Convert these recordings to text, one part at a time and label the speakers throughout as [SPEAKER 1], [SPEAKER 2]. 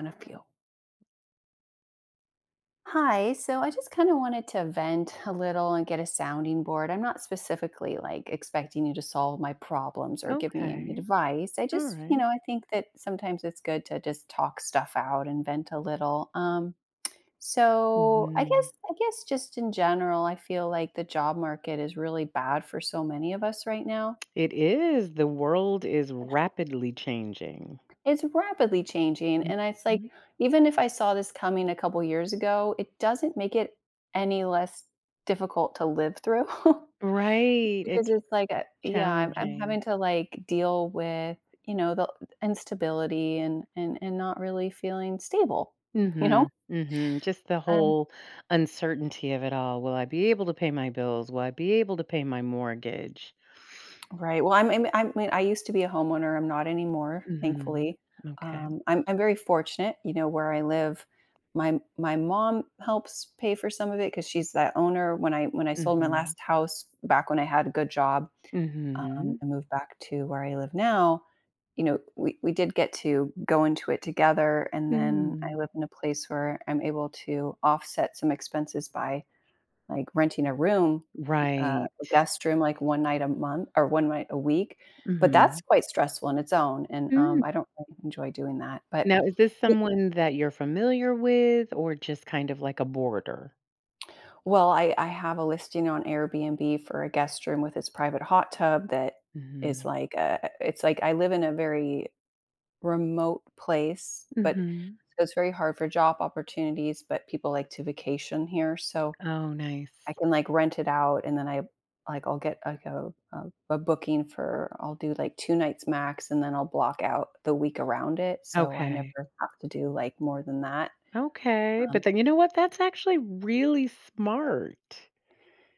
[SPEAKER 1] One of you. Hi, so I just kind of wanted to vent a little and get a sounding board. I'm not specifically like expecting you to solve my problems or give me any
[SPEAKER 2] Okay.
[SPEAKER 1] advice. I
[SPEAKER 2] All
[SPEAKER 1] just,
[SPEAKER 2] right.
[SPEAKER 1] I think that sometimes it's good to just talk stuff out and vent a little. So I
[SPEAKER 2] Mhm.
[SPEAKER 1] guess I guess just in general, I feel like the job market is really bad for so many of us right now.
[SPEAKER 2] It is. The world is rapidly changing.
[SPEAKER 1] It's rapidly changing, and it's like,
[SPEAKER 2] Mhm.
[SPEAKER 1] even if I saw this coming a couple years ago, it doesn't make it any less difficult to live through
[SPEAKER 2] Right.
[SPEAKER 1] because
[SPEAKER 2] It's
[SPEAKER 1] it's like, yeah, I'm
[SPEAKER 2] challenging.
[SPEAKER 1] having to, like, deal with, the instability and not really feeling stable, you know?
[SPEAKER 2] Mhm. Mhm. Just the whole uncertainty of it all. Will I be able to pay my bills? Will I be able to pay my mortgage?
[SPEAKER 1] Right. Well, I mean, I used to be a homeowner, I'm not anymore,
[SPEAKER 2] Mhm.
[SPEAKER 1] thankfully.
[SPEAKER 2] Okay.
[SPEAKER 1] I'm very fortunate, where I live. My mom helps pay for some of it because she's that owner. When I sold my
[SPEAKER 2] Mhm.
[SPEAKER 1] last house back when I had a good job,
[SPEAKER 2] Mhm.
[SPEAKER 1] and moved back to where I live now, we did get to go into it together, and then I
[SPEAKER 2] Mm.
[SPEAKER 1] live in a place where I'm able to offset some expenses by, like, renting a room,
[SPEAKER 2] Right.
[SPEAKER 1] a guest room, like, 1 night a month or 1 night a week, but that's
[SPEAKER 2] Mhm.
[SPEAKER 1] quite stressful in its own, and,
[SPEAKER 2] Mm.
[SPEAKER 1] I don't really enjoy doing that, but
[SPEAKER 2] Now, is this
[SPEAKER 1] y
[SPEAKER 2] someone that you're familiar with or just kind of like a border?
[SPEAKER 1] well, I have a listing on Airbnb for a guest room with its private hot tub that is
[SPEAKER 2] Mhm.
[SPEAKER 1] like, a. it's like I live in a very remote place, but
[SPEAKER 2] Mhm.
[SPEAKER 1] so it's very hard for job opportunities, but people like to vacation here, so
[SPEAKER 2] Oh,
[SPEAKER 1] I
[SPEAKER 2] nice.
[SPEAKER 1] can, like, rent it out, and then I, like, I'll get, like, a booking for I'll do, like, 2 nights max, and then I'll block out the week around it, so I
[SPEAKER 2] Okay.
[SPEAKER 1] never have to do, like, more than that,
[SPEAKER 2] Okay, but
[SPEAKER 1] um,
[SPEAKER 2] then you know what? That's actually really smart.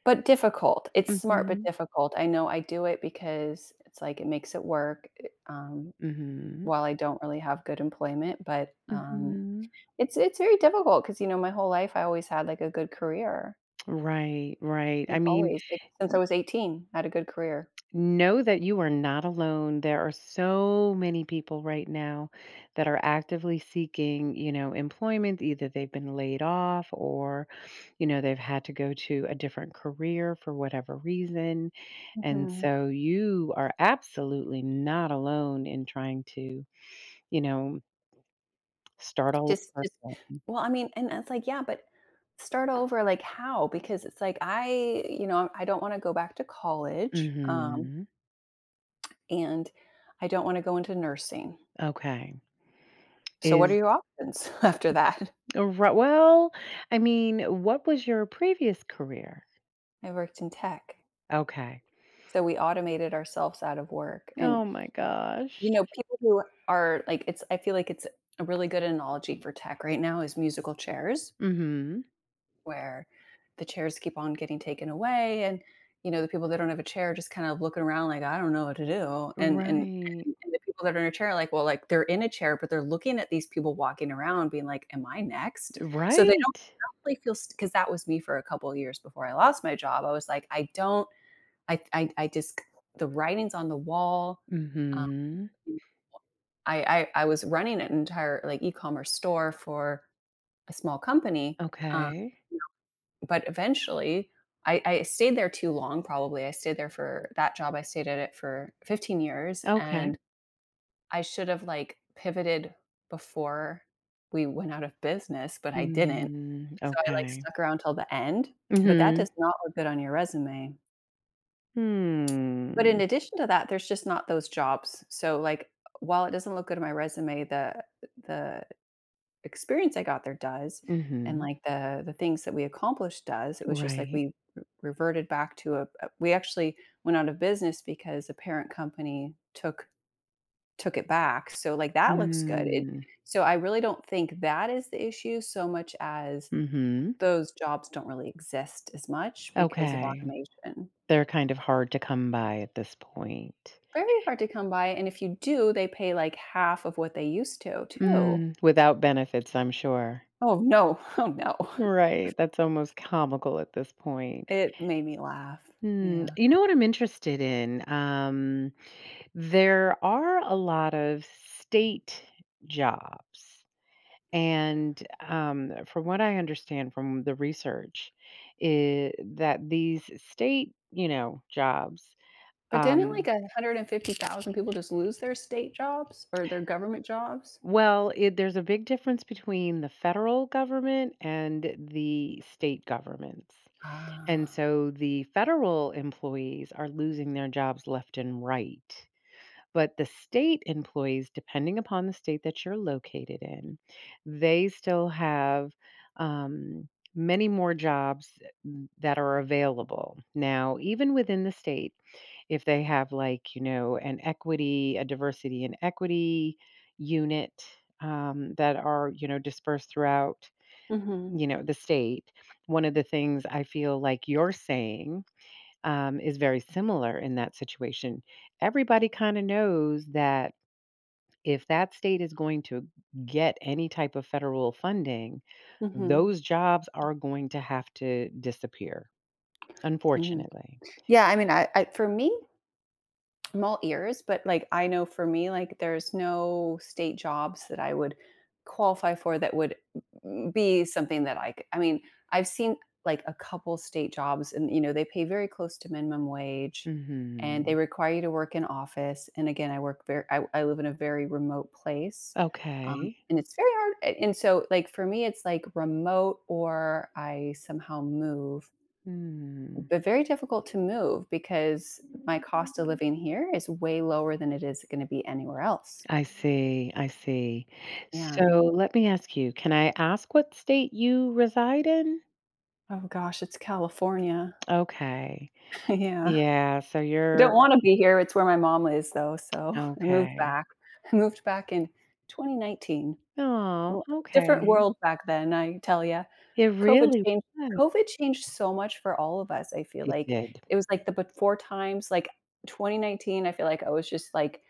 [SPEAKER 1] but difficult. It's smart, but
[SPEAKER 2] Mhm.
[SPEAKER 1] difficult. I know I do it because it's like it makes it work,
[SPEAKER 2] Mhm.
[SPEAKER 1] while I don't really have good employment, but,
[SPEAKER 2] Mhm.
[SPEAKER 1] it's very difficult because, my whole life I always had, like, a good career,
[SPEAKER 2] Right, right. I
[SPEAKER 1] like,
[SPEAKER 2] mean,
[SPEAKER 1] always, like, since I was 18, I had a good career.
[SPEAKER 2] know that you are not alone. There are so many people right now that are actively seeking, employment. Either they've been laid off or, they've had to go to a different career for whatever reason. And
[SPEAKER 1] Mhm.
[SPEAKER 2] so you are absolutely not alone in trying to, you know, start all over
[SPEAKER 1] Just
[SPEAKER 2] again.
[SPEAKER 1] well, I mean, and it's like, yeah, but start over, like, how? Because it's like, I don't wanna go back to college,
[SPEAKER 2] Mm-hmm.
[SPEAKER 1] and I don't wanna go into nursing.
[SPEAKER 2] Okay.
[SPEAKER 1] So what are
[SPEAKER 2] Is
[SPEAKER 1] your options after that?
[SPEAKER 2] well, I mean, what was your previous career?
[SPEAKER 1] I worked in tech.
[SPEAKER 2] Okay.
[SPEAKER 1] So we automated ourselves out of work, and,
[SPEAKER 2] Oh my gosh.
[SPEAKER 1] people who are like, it's I feel like it's a really good analogy for tech right now is musical chairs,
[SPEAKER 2] Mhm.
[SPEAKER 1] where the chairs keep on getting taken away, and the people that don't have a chair just kind of looking around like, I don't know what to do, and and
[SPEAKER 2] Right.
[SPEAKER 1] and and the people that are in a chair are like, well, like, they're in a chair but they're looking at these people walking around being like, am I next? So they
[SPEAKER 2] Right?
[SPEAKER 1] don't really feel, because that was me for a couple of years before I lost my job. I was like, I don't I just, the writings on the wall. um,
[SPEAKER 2] Mhm.
[SPEAKER 1] I was running an entire like e-commerce store for a small company, um,
[SPEAKER 2] Okay.
[SPEAKER 1] but eventually I stayed there too long, probably. I stayed there for that job, I stayed at it for 15 years,
[SPEAKER 2] Okay.
[SPEAKER 1] and I should have like pivoted before we went out of business, but I didn't.
[SPEAKER 2] Mm,
[SPEAKER 1] So I like
[SPEAKER 2] okay.
[SPEAKER 1] stuck around till the end, but that
[SPEAKER 2] Mhm.
[SPEAKER 1] does not look good on your resume. But in
[SPEAKER 2] Hmm.
[SPEAKER 1] addition to that, there's just not those jobs, so like, while it doesn't look good on my resume, the experience I got there does, and,
[SPEAKER 2] Mhm.
[SPEAKER 1] like, the things that we accomplished does. It was just like
[SPEAKER 2] Right.
[SPEAKER 1] we re reverted back to a we actually went out of business because the parent company took it back, so, like, that looks good. It
[SPEAKER 2] Mm,
[SPEAKER 1] so I really don't think that is the issue so much as
[SPEAKER 2] mhm.
[SPEAKER 1] those jobs don't really exist as much because of
[SPEAKER 2] Okay.
[SPEAKER 1] automation.
[SPEAKER 2] They're kind of hard to come by at this point.
[SPEAKER 1] Very hard to come by, and if you do, they pay, like, half of what they used to, too.
[SPEAKER 2] Mm, without benefits, I'm sure.
[SPEAKER 1] Oh, no. Oh, no.
[SPEAKER 2] Right, that's almost comical at this point.
[SPEAKER 1] It made me laugh.
[SPEAKER 2] Hmm,
[SPEAKER 1] Yeah.
[SPEAKER 2] you know what I'm interested in? There are a lot of state jobs. And from what I understand from the research, is that these state, jobs.
[SPEAKER 1] But didn't
[SPEAKER 2] um,
[SPEAKER 1] like 150,000 people just lose their state jobs or their government jobs?
[SPEAKER 2] well, there's a big difference between the federal government and the state governments. And
[SPEAKER 1] Ah.
[SPEAKER 2] so the federal employees are losing their jobs left and right. But the state employees, depending upon the state that you're located in, they still have um, many more jobs that are available. Now, even within the state, if they have like, an equity, a diversity and equity unit, that are, dispersed throughout,
[SPEAKER 1] Mhm,
[SPEAKER 2] the state, one of the things I feel like you're saying, is very similar in that situation. Everybody kind of knows that if that state is going to get any type of federal funding, those
[SPEAKER 1] mhm,
[SPEAKER 2] jobs are going to have to disappear,
[SPEAKER 1] mhm.
[SPEAKER 2] unfortunately.
[SPEAKER 1] Yeah, I mean, I for me, I'm all ears, but like, I know for me, like, there's no state jobs that I would qualify for that would be something that I could. I mean, I've seen like a couple state jobs, and they pay very close to minimum wage, and they
[SPEAKER 2] Mhm.
[SPEAKER 1] require you to work in office. And again, I work very. I live in a very remote place,
[SPEAKER 2] Okay.
[SPEAKER 1] and it's very hard. And so, like, for me, it's like remote, or I somehow move,
[SPEAKER 2] Hmm.
[SPEAKER 1] but very difficult to move because my cost of living here is way lower than it is going to be anywhere else.
[SPEAKER 2] I see, I see.
[SPEAKER 1] Yeah.
[SPEAKER 2] So let me ask you, can I ask what state you reside in?
[SPEAKER 1] Oh gosh, it's California.
[SPEAKER 2] Okay.
[SPEAKER 1] Yeah.
[SPEAKER 2] Yeah, so
[SPEAKER 1] I don't
[SPEAKER 2] you're
[SPEAKER 1] want to be here. It's where my mom is though. So I moved
[SPEAKER 2] okay.
[SPEAKER 1] back. I moved back in 2019.
[SPEAKER 2] Oh,
[SPEAKER 1] Well, different
[SPEAKER 2] okay.
[SPEAKER 1] world back then, I tell ya.
[SPEAKER 2] It
[SPEAKER 1] COVID
[SPEAKER 2] really
[SPEAKER 1] changed
[SPEAKER 2] was.
[SPEAKER 1] COVID changed so much for all of us, I feel
[SPEAKER 2] It
[SPEAKER 1] like.
[SPEAKER 2] did.
[SPEAKER 1] It was like the before times, like 2019, I feel like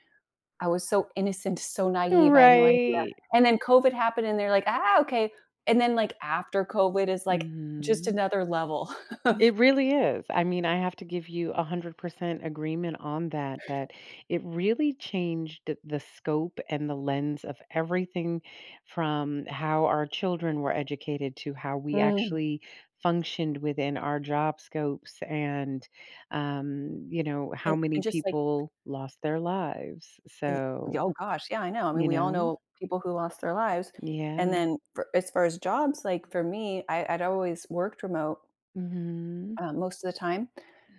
[SPEAKER 1] I was so innocent, so naive, I had no idea.
[SPEAKER 2] Right.
[SPEAKER 1] And then COVID happened and they're like, "Ah, okay." And then, like, after COVID is, like, just
[SPEAKER 2] Mhm.
[SPEAKER 1] another level of
[SPEAKER 2] It really is. I mean, I have to give you 100% agreement on that, that it really changed the scope and the lens of everything from how our children were educated to how we
[SPEAKER 1] mm,
[SPEAKER 2] actually functioned within our job scopes and, how many
[SPEAKER 1] and just like
[SPEAKER 2] people lost their lives.
[SPEAKER 1] y
[SPEAKER 2] So,
[SPEAKER 1] oh gosh, yeah, I know. I mean,
[SPEAKER 2] you
[SPEAKER 1] we all
[SPEAKER 2] know,
[SPEAKER 1] know people who lost their lives. And
[SPEAKER 2] yeah.
[SPEAKER 1] then for as far as jobs, like, for me, I'd always worked remote,
[SPEAKER 2] Hmm.
[SPEAKER 1] most of the time.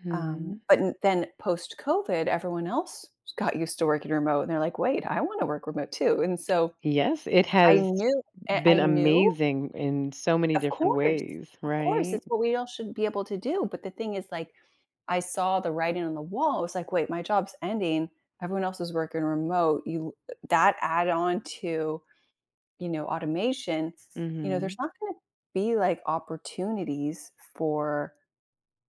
[SPEAKER 2] Hmm.
[SPEAKER 1] But n then post-COVID, everyone else got used to working remote, and they're like, "Wait, I wanna work remote too." And so
[SPEAKER 2] Yes, it
[SPEAKER 1] I
[SPEAKER 2] has
[SPEAKER 1] knew I
[SPEAKER 2] been
[SPEAKER 1] I knew
[SPEAKER 2] amazing in so many
[SPEAKER 1] of
[SPEAKER 2] different
[SPEAKER 1] course,
[SPEAKER 2] ways,
[SPEAKER 1] of course,
[SPEAKER 2] right?
[SPEAKER 1] it's what we all should be able to do, but the thing is, like, I saw the writing on the wall, I was like, "Wait, my job's ending, everyone else is working remote, you that add on to, automation,
[SPEAKER 2] Mhm.
[SPEAKER 1] there's not gonna be, like, opportunities for,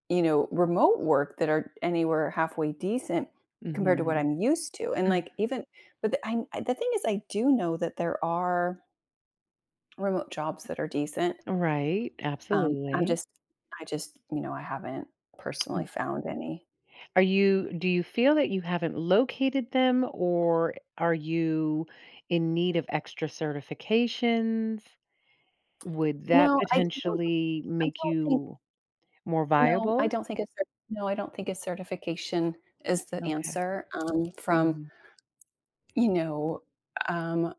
[SPEAKER 1] remote work that are anywhere halfway decent compared to what
[SPEAKER 2] Mhm.
[SPEAKER 1] I'm used to," and,
[SPEAKER 2] Mm.
[SPEAKER 1] like, even but the I the thing is I do know that there are remote jobs that are decent,
[SPEAKER 2] Right,
[SPEAKER 1] um, I'm
[SPEAKER 2] absolutely.
[SPEAKER 1] just I just, I haven't personally
[SPEAKER 2] Mm,
[SPEAKER 1] found any.
[SPEAKER 2] Are you do you feel that you haven't located them, or are you in need of extra certifications? Would that
[SPEAKER 1] No, I I don't
[SPEAKER 2] potentially
[SPEAKER 1] I
[SPEAKER 2] make
[SPEAKER 1] don't think
[SPEAKER 2] you more
[SPEAKER 1] no,
[SPEAKER 2] viable?
[SPEAKER 1] I don't think a certification is the
[SPEAKER 2] Okay.
[SPEAKER 1] answer, from,
[SPEAKER 2] Mhm.
[SPEAKER 1] you know, um,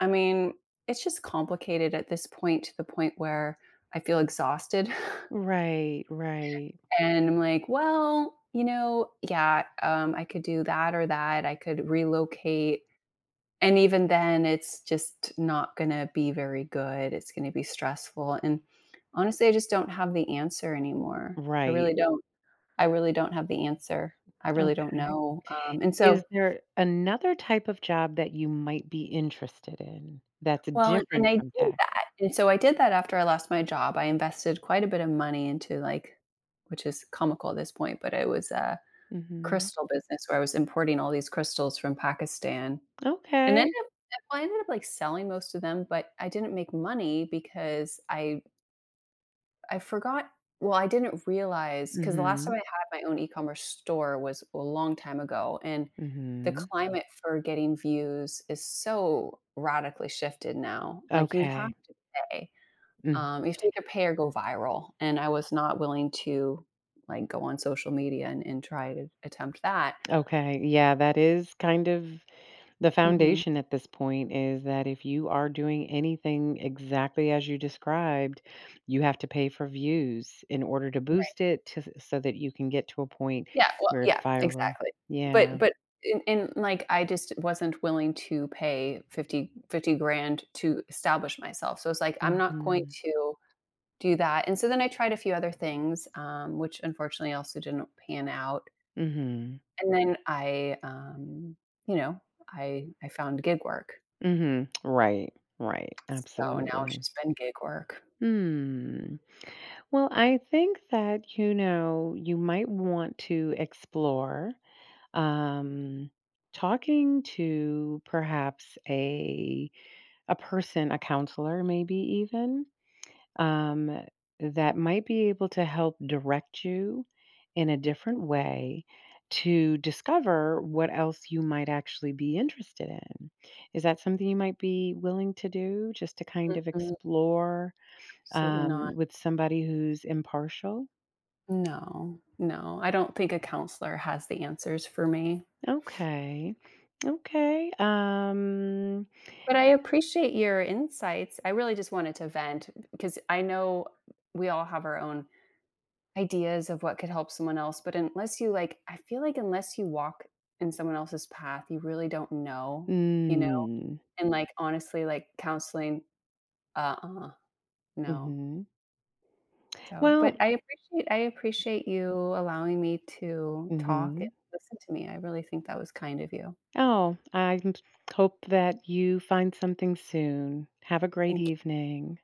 [SPEAKER 1] I mean, it's just complicated at this point to the point where I feel exhausted
[SPEAKER 2] Right, right,
[SPEAKER 1] and I'm like, "Well, yeah, I could do that or that. I could relocate." And even then, it's just not going to be very good, it's going to be stressful. And honestly, I just don't have the answer anymore. I
[SPEAKER 2] right.
[SPEAKER 1] really don't. I really don't have the answer. I really don't
[SPEAKER 2] Okay.
[SPEAKER 1] know. And so
[SPEAKER 2] Is there another type of job that you might be interested in that's
[SPEAKER 1] well and,
[SPEAKER 2] different
[SPEAKER 1] I did
[SPEAKER 2] from tech?
[SPEAKER 1] that, and so I did that after I lost my job, I invested quite a bit of money into like, which is comical at this point, but it was a
[SPEAKER 2] Mhm.
[SPEAKER 1] crystal business where I was importing all these crystals from Pakistan and
[SPEAKER 2] Okay.
[SPEAKER 1] ended up well, I ended up like selling most of them, but I didn't make money because I forgot, well, I didn't realize because the last time
[SPEAKER 2] Mhm.
[SPEAKER 1] I had my own e-commerce store was a long time ago, and the
[SPEAKER 2] Mhm.
[SPEAKER 1] climate for getting views is so radically shifted now. Like, you have
[SPEAKER 2] Okay.
[SPEAKER 1] to pay.
[SPEAKER 2] Mm,
[SPEAKER 1] You have to either pay or go viral, and I was not willing to, like, go on social media and try to attempt that.
[SPEAKER 2] okay. Yeah, that is kind of the
[SPEAKER 1] Mhm.
[SPEAKER 2] foundation at this point is that if you are doing anything exactly as you described, you have to pay for views in order to
[SPEAKER 1] Right.
[SPEAKER 2] boost it to so that you can get to a point
[SPEAKER 1] Yeah, well,
[SPEAKER 2] where it's
[SPEAKER 1] yeah,
[SPEAKER 2] viral.
[SPEAKER 1] exactly.
[SPEAKER 2] Yeah.
[SPEAKER 1] But, like, I just wasn't willing to pay fifty grand to establish myself, so it's like, I'm not going
[SPEAKER 2] Mhm.
[SPEAKER 1] to do that, and so then I tried a few other things, which unfortunately also didn't pan out,
[SPEAKER 2] Mhm.
[SPEAKER 1] and then I, you know, I found gig work.
[SPEAKER 2] Mhm. Right, right.
[SPEAKER 1] So now it's
[SPEAKER 2] Absolutely.
[SPEAKER 1] just been gig work.
[SPEAKER 2] Hmm. Well, I think that, you might want to explore um talking to perhaps a person, a counselor maybe even um, that might be able to help direct you in a different way to discover what else you might actually be interested in. Is that something you might be willing to do just to kind of
[SPEAKER 1] Mm-mm,
[SPEAKER 2] explore
[SPEAKER 1] absolutely not.
[SPEAKER 2] with somebody who's impartial?
[SPEAKER 1] No, no, I don't think a counselor has the answers for me.
[SPEAKER 2] Okay. Okay. Um,
[SPEAKER 1] But I appreciate your insights. I really just wanted to vent because I know we all have our own ideas of what could help someone else, but unless you like, I feel like unless you walk in someone else's path, you really don't know, you know?
[SPEAKER 2] mm,
[SPEAKER 1] And like, honestly, like counseling, uh-uh, no.
[SPEAKER 2] mhm.
[SPEAKER 1] So,
[SPEAKER 2] Well,
[SPEAKER 1] but I appreciate you allowing me to talk and
[SPEAKER 2] mhm.
[SPEAKER 1] listen to me. I really think that was kind of you.
[SPEAKER 2] Oh, I hope that you find something soon. Have a great
[SPEAKER 1] Thank you.
[SPEAKER 2] evening.